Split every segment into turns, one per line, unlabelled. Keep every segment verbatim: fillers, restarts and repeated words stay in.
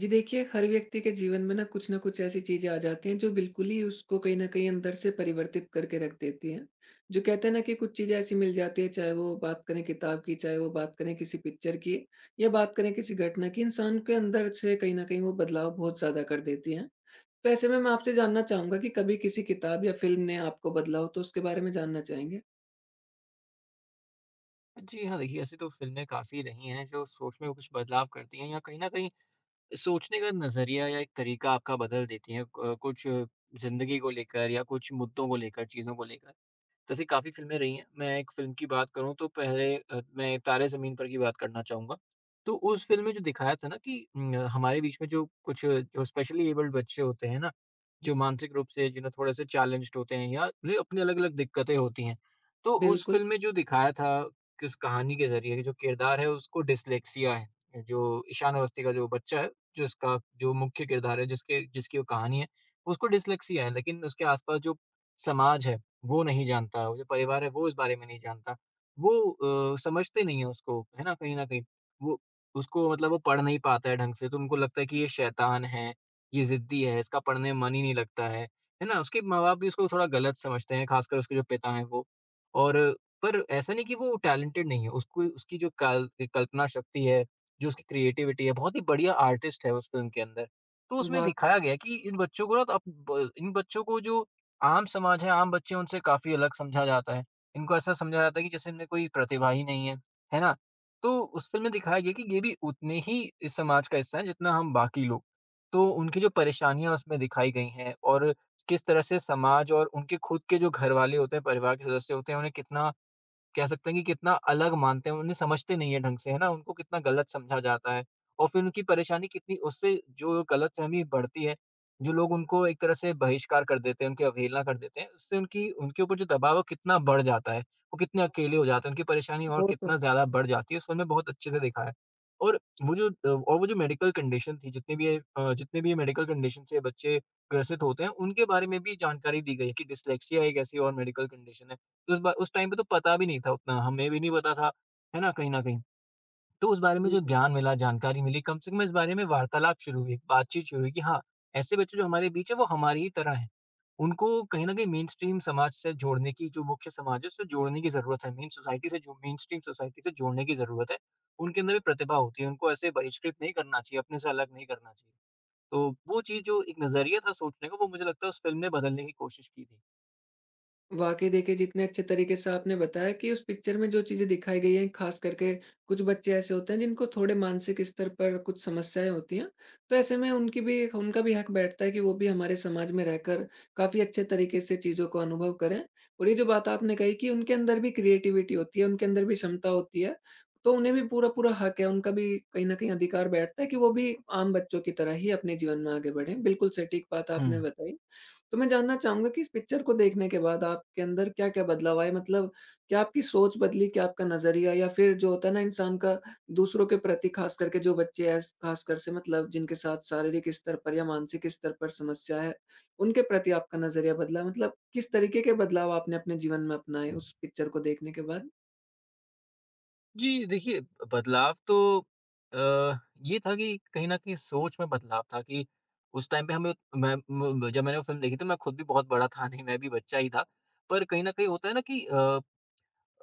जी देखिए, हर व्यक्ति के जीवन में ना कुछ न कुछ ऐसी चीज़ें आ जाती हैं जो बिल्कुल ही उसको कहीं न कहीं अंदर से परिवर्तित करके रख देती हैं। जो कहते हैं ना कि कुछ चीज़ें ऐसी मिल जाती हैं, चाहे वो बात करें किताब की, चाहे वो बात करें किसी पिक्चर की या बात करें किसी घटना की, इंसान के अंदर से कहीं न कहीं वो बदलाव बहुत ज़्यादा कर देती हैं। तो ऐसे में मैं आपसे जानना चाहूँगा कि कभी किसी किताब या फ़िल्म ने आपको बदला हो, तो उसके बारे में जानना चाहेंगे?
जी हाँ, देखिए ऐसी तो फ़िल्में काफ़ी रही हैं जो सोच में कुछ बदलाव करती हैं या कहीं न कहीं सोचने का नज़रिया या एक तरीका आपका बदल देती हैं। क कुछ ज़िंदगी को लेकर या कुछ मुद्दों को लेकर, चीज़ों को लेकर। जैसे काफ़ी फ़िल्में रही हैं। मैं एक फ़िल्म की बात करूँ तो पहले अ, मैं तारे ज़मीन पर की बात करना चाहूँगा। तो उस फ़िल्म में जो दिखाया था ना कि उम, हमारे बीच में जो कुछ जो स्पेशली एबल्ड बच्चे होते हैं ना, जो मानसिक रूप से जिन्हें थोड़े से चैलेंज्ड होते हैं या उन्हें अपनी अलग-अलग दिक्कतें होती हैं। तो उस
बिल्कुल।
फ़िल्म में जो दिखाया था कि उस कहानी के ज़रिए जो किरदार है उसको डिस्लेक्सिया है। जो ईशान अवस्थी का जो बच्चा है, जिसका जो मुख्य किरदार है, जिसके जिसकी वो कहानी है, उसको डिस्लेक्सिया है लेकिन उसके आस-पास जो समाज है वो नहीं जानता, वो जो परिवार है वो इस बारे में नहीं जानता। वो अ, समझते नहीं है उसको, है ना? कहीं न कहीं वो उसको मतलब वो पढ़ नहीं पाता है ढंग से तो उनको लगता है कि ये शैतान है, ये ज़िद्दी है, इसका पढ़ने में मन ही नहीं लगता है। है ना? उसके माँ-बाप भी उसको थोड़ा गलत समझते हैं, ख़ासकर उसके जो पिता हैं वो। और पर ऐसा नहीं कि वो टैलेंटेड नहीं है, उसको उसकी जो काल कल्पना शक्ति है, जो उसकी क्रिएटिविटी है, बहुत ही बढ़िया आर्टिस्ट है उस फ़िल्म के अंदर। तो उसमें
वाक़ई।
दिखाया गया है कि इन बच्चों को ना तो अब ब इन बच्चों को जो आम समाज है, आम बच्चे हैं, उनसे काफ़ी अलग समझा जाता है। इनको ऐसा समझा जाता है कि जैसे इनमें कोई प्रतिभा ही नहीं है, है ना? तो उस फ़िल्म में दिखाया गया कि ये भी उतने ही इस समाज का हिस्सा हैं जितना हम बाकी लोग। तो उनकी जो परेशानियाँ उसमें दिखाई गई हैं और किस तरह से समाज और उनके खुद के जो घरवाले होते हैं, परिवार के सदस्य होते हैं, उन्हें कितना कह सकते हैं कि कितना अलग मानते हैं, उन्हें समझते नहीं है ढंग से, है ना? उनको कितना गलत समझा जाता है और फिर उनकी परेशानी कितनी उससे जो गलतफ़हमी बढ़ती है, जो लोग उनको एक तरह से बहिष्कार कर देते हैं, उनकी अवहेलना कर देते हैं, उससे उनकी उनके ऊपर जो दबाव है वो कितना बढ़ जाता है, वो कितने अकेले हो जाते हैं, उनकी परेशानी और
वो तो है।
कितना ज़्यादा बढ़ जाती है, उस फ़िल्म में बहुत अच्छे से दिखाया है। और वो जो अ, और वो जो मेडिकल कंडीशन थी, जितनी भी ये अ, जितने भी ये मेडिकल कंडीशन से बच्चे ग्रसित होते हैं, उनके बारे में भी जानकारी दी गई है कि डिस्लेक्सिया एक ऐसी और मेडिकल कंडीशन है उस बा उस टाइम पे तो पता भी नहीं था उतना, हमें भी नहीं पता था, है ना? कहीं न कहीं। तो उस बारे में जो
बिल्कुल।
ज्ञान मिला, जानकारी मिली, कम से कम इस बारे में वार्तालाप शुरू हुई, बातचीत शुरू हुई कि हाँ, ऐसे बच्चे जो हमारे बीच है वो हमारी ही तरह हैं। उनको कहीं न कहीं मेनस्ट्रीम समाज से जोड़ने की जो मुख्य समाज है उससे जोड़ने की ज़रूरत है, मेन सोसाइटी से जो मेनस्ट्रीम सोसाइटी से जोड़ने की ज़रूरत है। उनके अंदर भी प्रतिभा होती है, उनको ऐसे बहिष्कृत नहीं करना चाहिए, अपने से अलग नहीं करना चाहिए। तो वो चीज़ जो एक नज़रिया था सोचने का वो मुझे लगता है उस फ़िल्म ने बदलने की कोशिश की थी।
वाक़ई देखिए, जितने अच्छे तरीके से आपने बताया कि उस पिक्चर में जो चीज़ें दिखाई गई हैं, ख़ास करके कुछ बच्चे ऐसे होते हैं जिनको थोड़े मानसिक स्तर पर कुछ समस्याएँ होती हैं। तो ऐसे में उनकी भी, उनका भी हक बैठता है कि वो भी हमारे समाज में रहकर काफ़ी अच्छे तरीके से चीज़ों को अनुभव करें। और ये जो बात आपने कही कि उनके अंदर भी क्रिएटिविटी होती है, उनके अंदर भी क्षमता होती है, तो उन्हें भी पूरा-पूरा हक है, उनका भी कहीं न कहीं अधिकार बैठता है कि वो भी आम बच्चों की तरह ही अपने जीवन में आगे बढ़ें। बिल्कुल सटीक बात
हुँ।
आपने बताई। तो मैं जानना चाहूँगा कि इस पिक्चर को देखने के बाद आपके अंदर क्या-क्या बदलाव आए? मतलब, क्या आपकी सोच बदली? क्या आपका नज़रिया, या फिर जो होता है ना इंसान का दूसरों के प्रति, ख़ास करके जो बच्चे हैं, ख़ासकर से मतलब जिनके साथ शारीरिक स्तर पर या मानसिक स्तर पर समस्या है, उनके प्रति आपका नज़रिया बदला? मतलब, किस तरीके के बदलाव आपने अपने जीवन में अपनाए उस पिक्चर को देखने के बाद?
जी, देखिए बदलाव तो अ, ये था कि कहीं न कहीं सोच में बदलाव था कि उस टाइम पे हमें उत- मैं म म- जब मैंने वो फ़िल्म देखी थी मैं खुद भी बहुत बड़ा था नहीं, मैं भी बच्चा ही था। पर कहीं न कहीं होता है ना कि अ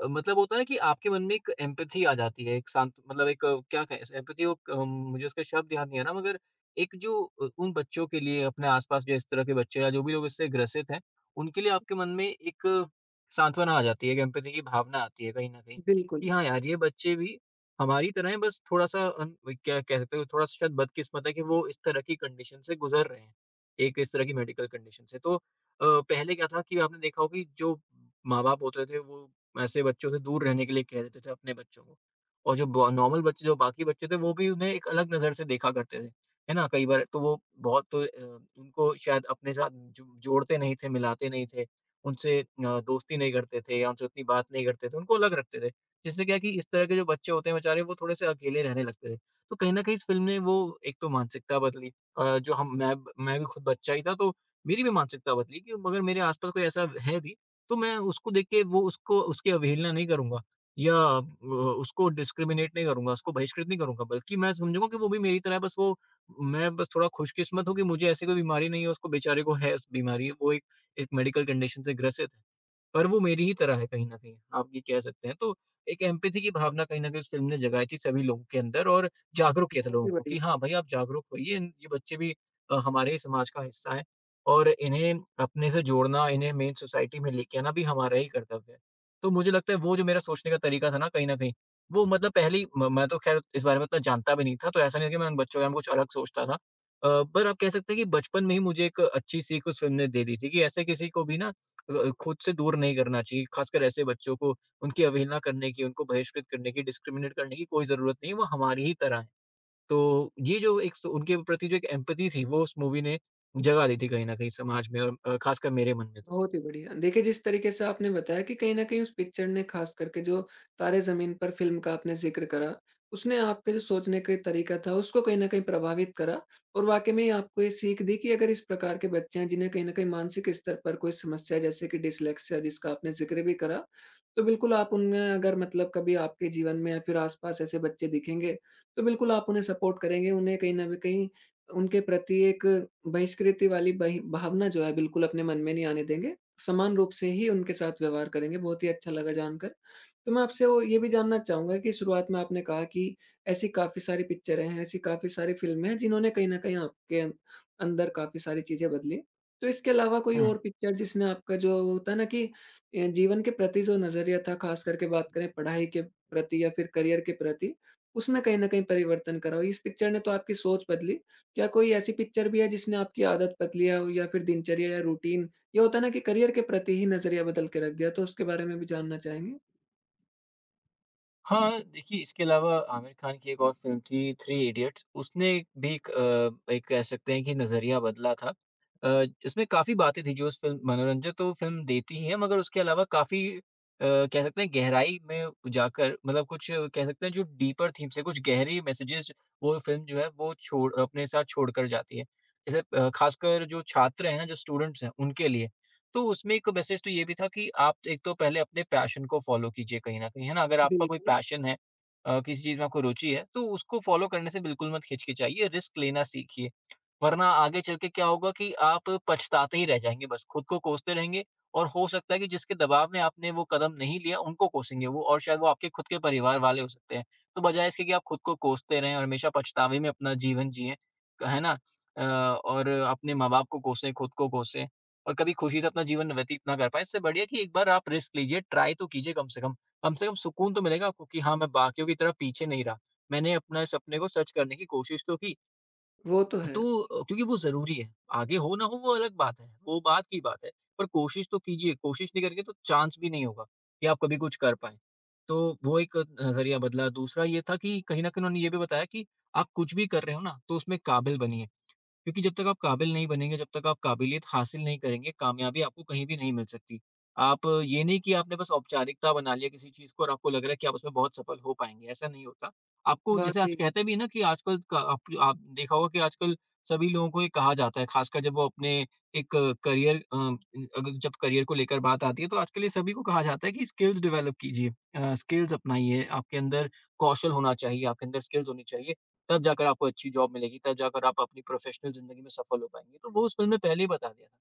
अ, मतलब होता है कि आपके मन में एक एम्पैथी आ जाती है, एक शांत मतलब एक अ, क्या कहें इसे एम्पैथी वो क मुझे उसका शब्द याद नहीं आ रहा मगर एक जो अ, उन बच्चों के लिए अपने आस-पास जो इस तरह के बच्चे या जो भी लोग इससे ग्रसित हैं, उनके लिए आपके मन में एक सांत्वना आ जाती है, एक एम्पैथी की भावना आती है कहीं न कहीं, कि
बिल्कुल।
हाँ यार, ये बच्चे भी हमारी तरह हैं बस थोड़ा-सा अन वो क्या कह सकते हो थोड़ा-सा शायद बदकिस्मत है कि वो इस तरह की कंडीशन से गुज़र रहे हैं, एक इस तरह की मेडिकल कंडीशन से। तो अ, पहले क्या था कि आपने देखा होगा कि जो माँ-बाप होते थे वो ऐसे बच्चों से दूर रहने के लिए कह देते थे अपने बच्चों को। और जो ब नॉर्मल बच्चे जो बाकी बच्चे थे वो भी उन्हें एक अलग नज़र से देखा करते थे। है ना? कई बार तो वो बहुत तो अ, उनको शायद अपने साथ जो जोड़ते नहीं थे, मिलाते नहीं थे। उनसे अ, दोस्ती नहीं करते थे या उनसे उतनी बात नहीं करते थे, उनको अलग रखते थे। जिससे क्या है कि इस तरह के जो बच्चे होते हैं बेचारे वो थोड़े-से अकेले रहने लगते थे। तो कहीं न कहीं इस फ़िल्म ने वो एक तो मानसिकता बदली अ, जो हम मैं मैं भी खुद बच्चा ही था तो मेरी भी मानसिकता बदली कि मगर मेरे आस-पास कोई ऐसा है तो मैं उसको देख के वो उसको उसकी अवहेलना नहीं करूँगा या अ, उसको डिस्क्रिमिनेट नहीं करूँगा, उसको बहिष्कृत नहीं करूँगा, बल्कि मैं समझूँगा कि वो भी मेरी तरह है बस वो मैं बस थोड़ा खुशकिस्मत हूँ कि मुझे ऐसी कोई बीमारी नहीं है, उसको बेचारे को है इस बीमारी, वो एक एक मेडिकल कंडीशन से ग्रसित है। पर वो मेरी ही तरह है कहीं न कहीं, आप ये कह सकते हैं। तो एक एम्पैथी की भावना कहीं न कहीं उस फ़िल्म ने जगाई थी सभी लोगों के अंदर और जागरूक किया था
बहुत
लोगों
ही
को
बढ़िया।
कि हाँ, भई आप जागरूक होइए, इन- ये बच्चे भी अ, हमारे ही समाज का हिस्सा हैं। और इन्हें अपने से जोड़ना, इन्हें मेन सोसाइटी में लेके आना भी हमारा ही कर्तव्य है। तो मुझे लगता है वो जो मेरा सोचने का तरीका था ना कहीं न कहीं, वो मतलब पहली म मैं तो ख़ैर इस बारे में उतना जानता भी नहीं था, तो ऐसा नहीं है कि मैं उन बच्चों के बारे में कुछ अलग सोचता था। अ, पर आप कह सकते हैं कि बचपन में ही मुझे एक अच्छी सीख उस फ़िल्म ने दे दी थी कि ऐसे किसी को भी ना अ, खुद से दूर नहीं करना चाहिए, ख़ासकर ऐसे बच्चों को, उनकी अवहेलना करने की, उनको बहिष्कृत करने की, डिस्क्रिमिनेट करने की कोई ज़रूरत नहीं है, वो हमारी ही तरह हैं। तो ये जो एक स उनके प्रति जो एक एम्पैथी थी, वो उस मूवी ने जगा दी थी कहीं न कहीं समाज में और अ, ख़ासकर मेरे मन में तो।
बहुत ही बढ़िया। देखिए, जिस तरीके से आपने बताया कि कहीं न कहीं उस पिक्चर ने, ख़ास करके जो तारे ज़मीन पर फ़िल्म का आपने ज़िक्र करा, उसने आपके जो सोचने का तरीका था उसको कहीं न कहीं प्रभावित करा, और वाक़ई में ही आपको ये सीख दी कि अगर इस प्रकार के बच्चे हैं जिन्हें कहीं न कहीं मानसिक स्तर पर कोई समस्या, जैसे कि डिस्लेक्सिया जिसका आपने ज़िक्र भी करा, तो बिल्कुल आप उनमें, अगर मतलब कभी आपके जीवन में या फिर आस-पास ऐसे बच्चे दिखेंगे, तो बिल्कुल आप उन्हें सपोर्ट करेंगे, उन्हें कहीं न कहीं उनके प्रति एक बहिष्कृति वाली बहि भावना जो है, बिल्कुल अपने मन में नहीं आने देंगे। समान रूप से ही उनके साथ व्यवहार करेंगे, बहुत ही अच्छा लगा जानकर। तो मैं आपसे वो ये भी जानना चाहूँगा कि शुरुआत में आपने कहा कि ऐसी काफ़ी सारी पिक्चरें हैं, ऐसी काफ़ी सारी फ़िल्में हैं जिन्होंने कहीं न कहीं आपके अं अंदर काफ़ी सारी चीज़ें बदली। तो इसके अलावा कोई और पिक्चर जिसने आपका, जो होता है ना कि अ, जीवन के प्रति जो नज़रिया था, ख़ास करके बात करें पढ़ाई के प्रति या फिर करियर के प्रति, उसमें कहीं न कहीं परिवर्तन करा हो? इस पिक्चर ने तो आपकी सोच बदली, क्या कोई ऐसी पिक्चर भी है जिसने आपकी आदत बदलिया हो, या फिर दिनचर्या या रूटीन, ये होता है ना कि करियर के प्रति ही नज़रिया बदल के रख दिया, तो उसके बारे में भी जानना चाहेंगे?
हाँ, देखिए इसके अलावा आमिर खान की एक और फ़िल्म थी थ्री इडियट्स उसने भी एक अ, एक कह सकते हैं कि नज़रिया बदला था। अ, इसमें काफ़ी बातें थी जो उस फ़िल्म मनोरंजन तो फ़िल्म देती ही है मगर उसके अलावा काफ़ी अ, कह सकते हैं गहराई में जाकर मतलब कुछ अ, कह सकते हैं जो डीपर थीम्स है, कुछ गहरी मैसेजेज़ वो फ़िल्म जो है वो छोड़ अपने साथ छोड़ कर जाती है। जैसे अ, ख़ासकर जो छात्र हैं ना, जो स्टूडेंट्स हैं उनके लिए। तो उसमें एक मैसेज तो ये भी था कि आप एक तो पहले अपने पैशन को फ़ॉलो कीजिए कहीं न कहीं, है ना? अगर आपका कोई
बिल्कुल।
पैशन है अ, किसी चीज़ में आपको रुचि है, तो उसको फ़ॉलो करने से बिल्कुल मत हिचकिचाइए, रिस्क लेना सीखिए। वरना आगे चल के क्या होगा कि आप पछताते ही रह जाएँगे बस, खुद को कोसते रहेंगे और हो सकता है कि जिसके दबाव में आपने वो कदम नहीं लिया, उनको कोसेंगे वो और शायद वो आपके खुद के परिवार वाले हो सकते हैं। तो बजाय इसके कि आप खुद को कोसते रहें और हमेशा पछतावे में अपना जीवन जिएँ, है ना? अ, और अपने माँ-बाप को कोसें, खुद को कोसें। और कभी खुशी से अपना जीवन व्यतीत ना कर पाए, इससे बढ़िया कि एक बार आप रिस्क लीजिए, ट्राई तो कीजिए कम से कम। कम से कम सुकून तो मिलेगा आपको कि हाँ, मैं बाकियों की तरह पीछे नहीं रहा। मैंने अपना इस सपने को सच करने की कोशिश तो की।
वो तो है।
तो अ, क्योंकि वो ज़रूरी है, आगे हो ना हो वो अलग बात है, वो बात की बात है, पर कोशिश तो कीजिए, कोशिश नहीं करेंगे तो चांस भी नहीं होगा कि आप कभी कुछ कर पाएँ। तो वो एक नज़रिया बदला। दूसरा ये था कि कहीं न कहीं उन्होंने ये भी बताया कि आप कुछ भी कर रहे हो ना, तो उसमें काबिल बनिए। क्योंकि जब तक आप काबिल नहीं बनेंगे, जब तक आप काबिलियत हासिल नहीं करेंगे, कामयाबी आपको कहीं भी नहीं मिल सकती। आप ये नहीं कि आपने बस औपचारिकता बना लिया किसी चीज़ को और आपको लग रहा है कि आप उसमें बहुत सफल हो पाएँगे, ऐसा नहीं होता। आपको जैसे आज
वाक़ई,
कहते भी हैं ना कि आजकल क आप आप देखा होगा कि आजकल सभी लोगों को ये कहा जाता है, ख़ासकर जब वो अपने एक करियर अ, अग जब करियर को लेकर बात आती है, तो आजकल ये सभी को कहा जाता है कि स्किल्स डेवलप कीजिए, अ, स्किल्स अपनाइए, आपके अंदर कौशल होना चाहिए, आपके अंदर स्किल्स होनी चाहिए। तब जाकर आपको अच्छी जॉब मिलेगी, तब जाकर आप अपनी प्रोफ़ेशनल ज़िंदगी में सफल हो पाएँगे। तो वो उस फ़िल्म में पहले ही बता दिया था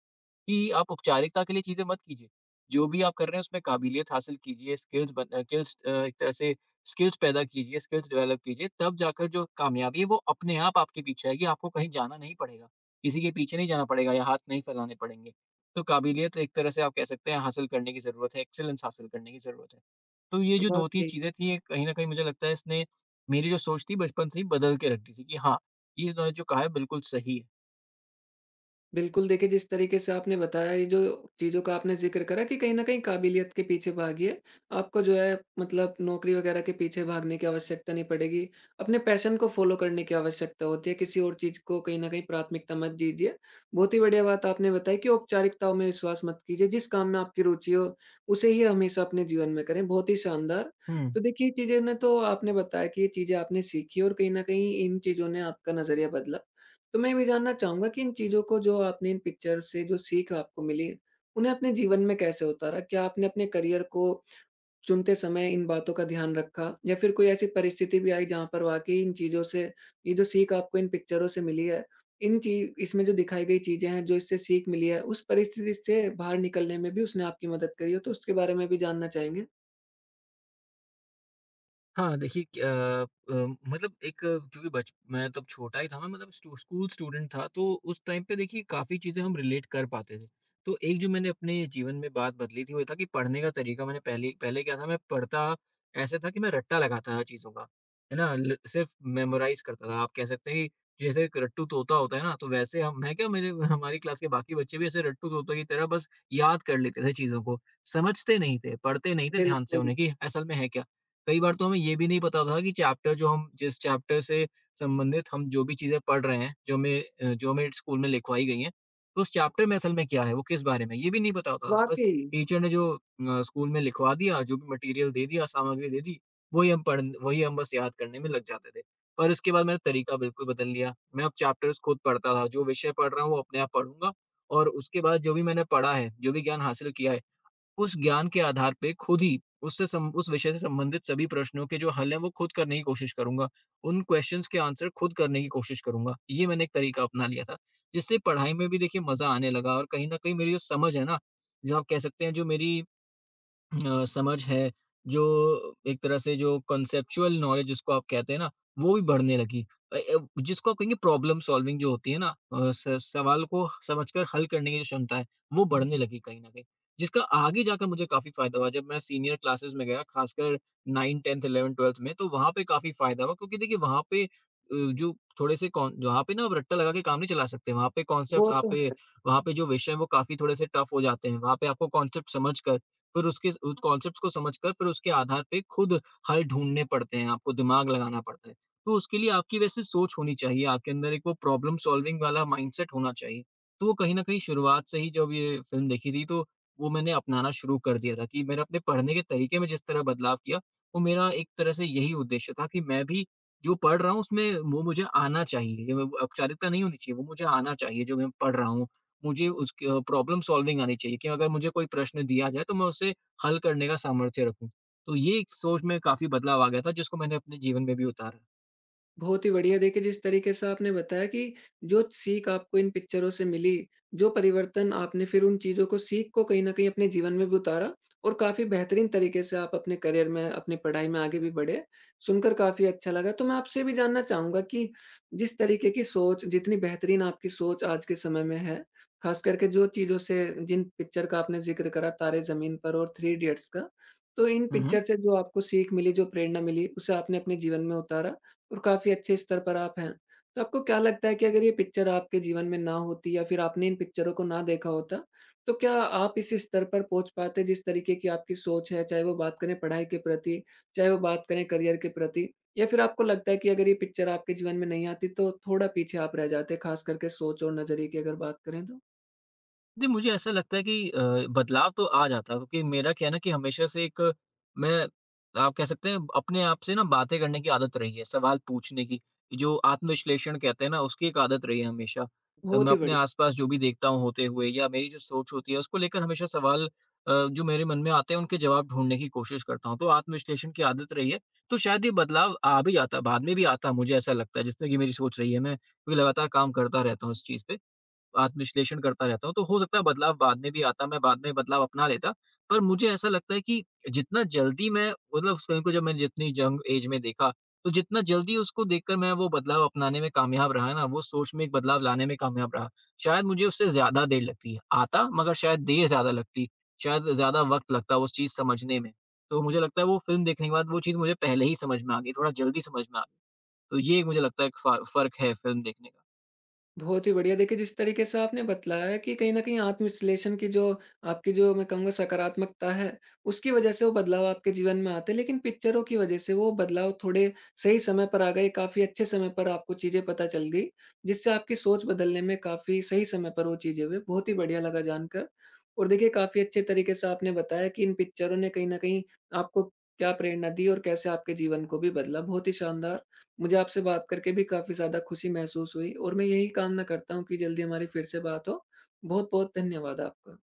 कि आप औपचारिकता के लिए चीज़ें मत कीजिए। जो भी आप कर रहे हैं उसमें काबिलियत हासिल कीजिए, स्किल्स बन अ, स्किल्स अ, एक तरह से स्किल्स पैदा कीजिए, स्किल्स डेवलप कीजिए, तब जाकर जो कामयाबी है वो अपने आप आपके पीछे आएगी, आपको कहीं जाना नहीं पड़ेगा। किसी के पीछे नहीं जाना पड़ेगा या हाथ नहीं फैलाने पड़ेंगे। तो काबिलियत एक तरह से आप कह सकते हैं हासिल करने की ज़रूरत है, एक्सीलेंस हासिल करने की ज़रूरत है। तो ये जो दो तीन
वाक़ई।
चीज़ें थी, ये कहीं न कहीं मुझे लगता है इसने मेरी जो सोच थी बचपन से ही बदल के रख दी थी कि हाँ, ये इन्होंने जो कहा है बिल्कुल सही है।
बिल्कुल, देखिए जिस तरीके से आपने बताया, ये जो चीज़ों का आपने ज़िक्र करा कि कहीं न कहीं काबिलियत के पीछे भागिए, आपको जो है मतलब नौकरी वग़ैरह के पीछे भागने की आवश्यकता नहीं पड़ेगी। अपने पैशन को फ़ॉलो करने की आवश्यकता होती है, किसी और चीज़ को कहीं न कहीं प्राथमिकता मत दीजिए। बहुत ही बढ़िया बात आपने बताई कि औपचारिकताओं में विश्वास मत कीजिए, जिस काम में आपकी रुचि हो, उसे ही हमेशा अपने जीवन में करें, बहुत ही शानदार।
हुँ।
तो देखिए, ये चीज़ें ना, तो आपने बताया कि ये चीज़ें आपने सीखी और कहीं न कहीं इन चीज़ों ने आपका नज़रिया बदला। तो मैं ये भी जानना चाहूँगा कि इन चीज़ों को, जो आपने इन पिक्चर से जो सीख आपको मिली, उन्हें अपने जीवन में कैसे उतारा? क्या आपने अपने करियर को चुनते समय इन बातों का ध्यान रखा? या फिर कोई ऐसी परिस्थिति भी आई जहाँ पर वाक़ई इन चीज़ों से, ये जो सीख आपको इन पिक्चरों से मिली है, इन ची इसमें जो दिखाई गई चीज़ें हैं, जो इससे सीख मिली है, उस परिस्थिति से बाहर निकलने में भी उसने आपकी मदद करी हो? तो उसके बारे में भी जानना चाहेंगे।
हाँ, देखिए, क अ अ, मतलब एक अ, क्योंकि बच मैं तब छोटा ही था, मैं मतलब स्टू स्कूल स्टूडेंट था, तो उस टाइम पे देखिए काफ़ी चीज़ें हम रिलेट कर पाते थे। तो एक जो मैंने अपने जीवन में बात बदली थी, वो ये था कि पढ़ने का तरीका मैंने पहले पहले क्या था, मैं पढ़ता ऐसे था कि मैं रट्टा लगाता था चीज़ों का, है ना? ल सिर्फ़ मेमोराइज़ करता था। आप कह सकते हैं कि जैसे एक रट्टू तोता होता है ना, तो वैसे हम मैं क्या मेरे हमारी क्लास के बाकी बच्चे भी ऐसे रट्टू तोता की तरह बस याद कर लेते थे चीज़ों को। समझते नहीं थे, पढ़ते नहीं थे ध्यान से
बिल्कुल।
उन्हें कि असल में है क्या। कई बार तो हमें ये भी नहीं पता था कि चैप्टर जो हम जिस चैप्टर से संबंधित हम जो भी चीज़ें पढ़ रहे हैं, जो हमें अ, जो हमें स्कूल में लिखवाई गई हैं, तो उस चैप्टर में असल में क्या है, वो किस बारे में है, ये भी नहीं पता होता था। बस
वाक़ई।
टीचर ने जो अ, स्कूल में लिखवा दिया, जो भी मटेरियल दे दिया, सामग्री दे दी, वही हम पढ़ वही हम बस याद करने में लग जाते थे। पर इसके बाद मैंने तरीका बिल्कुल बदल लिया। मैं अब चैप्टर्स खुद पढ़ता था, जो विषय पढ़ रहा हूँ, वो अपने आप पढ़ूँगा और उसके बाद जो भी मैंने पढ़ा है, जो भी ज्ञान हासिल किया है उस ज्ञान के आधार पे खुद ही उससे सम उस विषय से संबंधित सभी प्रश्नों के जो हल हैं वो खुद करने की कोशिश करूँगा। उन क्वेश्चन्स के आंसर खुद करने की कोशिश करूँगा। ये मैंने एक तरीका अपना लिया था, जिससे पढ़ाई में भी देखिए मज़ा आने लगा और कहीं न कहीं मेरी जो समझ है ना, जो आप कह सकते हैं जो मेरी अ, समझ है, जो एक तरह से जो कॉन्सेप्चुअल नॉलेज जिसको आप कहते हैं ना, वो भी बढ़ने लगी। अ अ, जिसको आप कहेंगे प्रॉब्लम सॉल्विंग जो होती है ना, अ, स सवाल को समझकर हल करने की जो क्षमता है, वो बढ़ने लगी कहीं न कहीं। जिसका आगे जाकर मुझे काफ़ी फ़ायदा हुआ, जब मैं सीनियर क्लासेस में गया, खासकर नाइन, टेंथ, इलेवेंथ, ट्वेल्थ में, तो वहाँ पे काफ़ी फ़ायदा हुआ क्योंकि देखिए वहाँ पे अ, जो थोड़े से कॉन वहाँ पे ना आप रट्टा लगा के काम नहीं चला सकते। वहाँ पे
वो
कॉन्सेप्ट्स आप
तो
पे।
है।
वहाँ पे जो विषय हैं, वो काफ़ी थोड़े से टफ़ हो जाते हैं। वहाँ पे आपको कॉन्सेप्ट समझकर फिर उसके उस कॉन्सेप्ट्स को समझकर फिर उसके आधार पे खुद हल ढूँढने पड़ते हैं, आपको दिमाग लगाना पड़ता है। तो उसके लिए आपकी वैसे सोच होनी चाहिए, आपके अंदर एक वो प्रॉब्लम सॉल्विंग वाला माइंडसेट होना चाहिए। तो वो कहीं न कहीं शुरुआत से ही जब ये फ़िल्म देखी थी तो वो मैंने अपनाना शुरू कर दिया था कि मैंने अपने पढ़ने के तरीके में जिस तरह बदलाव किया, वो मेरा एक तरह से यही उद्देश्य था कि मैं भी जो पढ़ रहा हूँ उसमें वो मुझे आना चाहिए। ये वो औपचारिकता नहीं होनी चाहिए, वो मुझे आना चाहिए जो मैं पढ़ रहा हूँ। मुझे उसकी अ, प्रॉब्लम सॉल्विंग आनी चाहिए कि अगर मुझे कोई प्रश्न दिया जाए तो मैं उसे हल करने का सामर्थ्य रखूँ। तो ये एक सोच में काफ़ी बदलाव आ गया था जिसको मैंने अपने जीवन में भी उतारा।
बहुत ही बढ़िया। देखिए, जिस तरीके से आपने बताया कि जो सीख आपको इन पिक्चरों से मिली, जो परिवर्तन आपने फिर उन चीज़ों को, सीख को कहीं न कहीं अपने जीवन में भी उतारा, और काफ़ी बेहतरीन तरीके से आप अपने करियर में, अपनी पढ़ाई में आगे भी बढ़े, सुनकर काफ़ी अच्छा लगा। तो मैं आपसे ये भी जानना चाहूँगा कि जिस तरीके की सोच, जितनी बेहतरीन आपकी सोच आज के समय में है, ख़ास करके जो चीज़ों से, जिन पिक्चर का आपने ज़िक्र करा तारे ज़मीन पर और थ्री इडियट्स का, तो इन
हुँ, हुँ।
पिक्चर से जो आपको सीख मिली, जो प्रेरणा मिली, उसे आपने अपने जीवन में उतारा। और काफ़ी अच्छे स्तर पर आप हैं। तो आपको क्या लगता है कि अगर ये पिक्चर आपके जीवन में ना होती, या फिर आपने इन पिक्चरों को ना देखा होता, तो क्या आप इस स्तर पर पहुँच पाते जिस तरीके की आपकी सोच है? चाहे वो बात करें पढ़ाई के प्रति, चाहे वो बात करें करियर के प्रति, या फिर आपको लगता है कि अगर ये पिक्चर आपके जीवन में नहीं आती तो थोड़ा पीछे आप रह जाते, ख़ास करके सोच और नज़रिए की अगर बात करें तो?
जी, मुझे ऐसा लगता है कि अ, बदलाव तो आ जाता है क्योंकि मेरा क्या है ना कि हमेशा से एक मैं आप कह सकते हैं अपने आप से ना बातें करने की आदत रही है, सवाल पूछने की। जो आत्मविश्लेषण कहते हैं ना उसकी एक आदत रही है हमेशा। अ,
बहुत
मैं
ही
अपने
बढ़िया।
आस-पास जो भी देखता हूँ होते हुए या मेरी जो सोच होती है उसको लेकर हमेशा सवाल अ, जो मेरे मन में आते हैं उनके जवाब ढूँढने की कोशिश करता हूँ। तो आत्मविश्लेषण की आदत रही है, तो शायद ये बदलाव आ भी जाता है, बाद में भी आता है मुझे ऐसा लगता है जिस तरह की मेरी सोच रही है। मैं क्योंकि लगातार काम करता रहता हूँ इस चीज़ पे। आत्म-विश्लेषण करता रहता हूँ, तो हो सकता है बदलाव बाद में भी आता, मैं बाद में बदलाव अपना लेता। पर मुझे ऐसा लगता है कि जितना जल्दी मैं मतलब उस फ़िल्म को जब मैंने जितनी यंग एज में देखा, तो जितना जल्दी उसको देखकर मैं वो बदलाव अपनाने में कामयाब रहा ना, वो सोच में एक बदलाव लाने में कामयाब रहा, शायद मुझे उससे ज़्यादा देर लगती। है आता मगर शायद देर ज़्यादा लगती, शायद ज़्यादा वक़्त लगता उस चीज़ समझने में। तो मुझे लगता है वो फ़िल्म देखने के बाद वो चीज़ मुझे पहले ही समझ में आ गई, थोड़ा जल्दी समझ में आ गई। तो ये एक मुझे लगता है एक फ़ा फ़र्क है फ़िल्म देखने का।
बहुत ही बढ़िया। देखिए, जिस तरीके से आपने बतलाया है कि कहीं न कहीं आत्म-विश्लेषण की जो आपकी, जो मैं कहूँगा सकारात्मकता है, उसकी वज़ह से वो बदलाव आपके जीवन में आते हैं। लेकिन पिक्चरों की वज़ह से वो बदलाव थोड़े सही समय पर आ गए, काफ़ी अच्छे समय पर आपको चीज़ें पता चल गई, जिससे आपकी सोच बदलने में काफ़ी सही समय पर वो चीज़ें हुई। बहुत ही बढ़िया लगा जानकर। और देखिए, काफ़ी अच्छे तरीके से आपने बताया कि इन पिक्चरों ने कहीं न कहीं आपको क्या प्रेरणा दी और कैसे आपके जीवन को भी बदला। बहुत ही शानदार। मुझे आपसे बात करके भी काफ़ी ज़्यादा खुशी महसूस हुई, और मैं यही कामना करता हूँ कि जल्दी हमारी फिर से बात हो। बहुत-बहुत धन्यवाद आपका।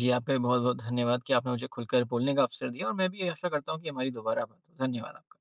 जी, आपका भी बहुत-बहुत धन्यवाद कि आपने मुझे खुलकर बोलने का अवसर दिया और मैं भी आशा करता हूँ कि हमारी दोबारा बात हो। धन्यवाद आपका।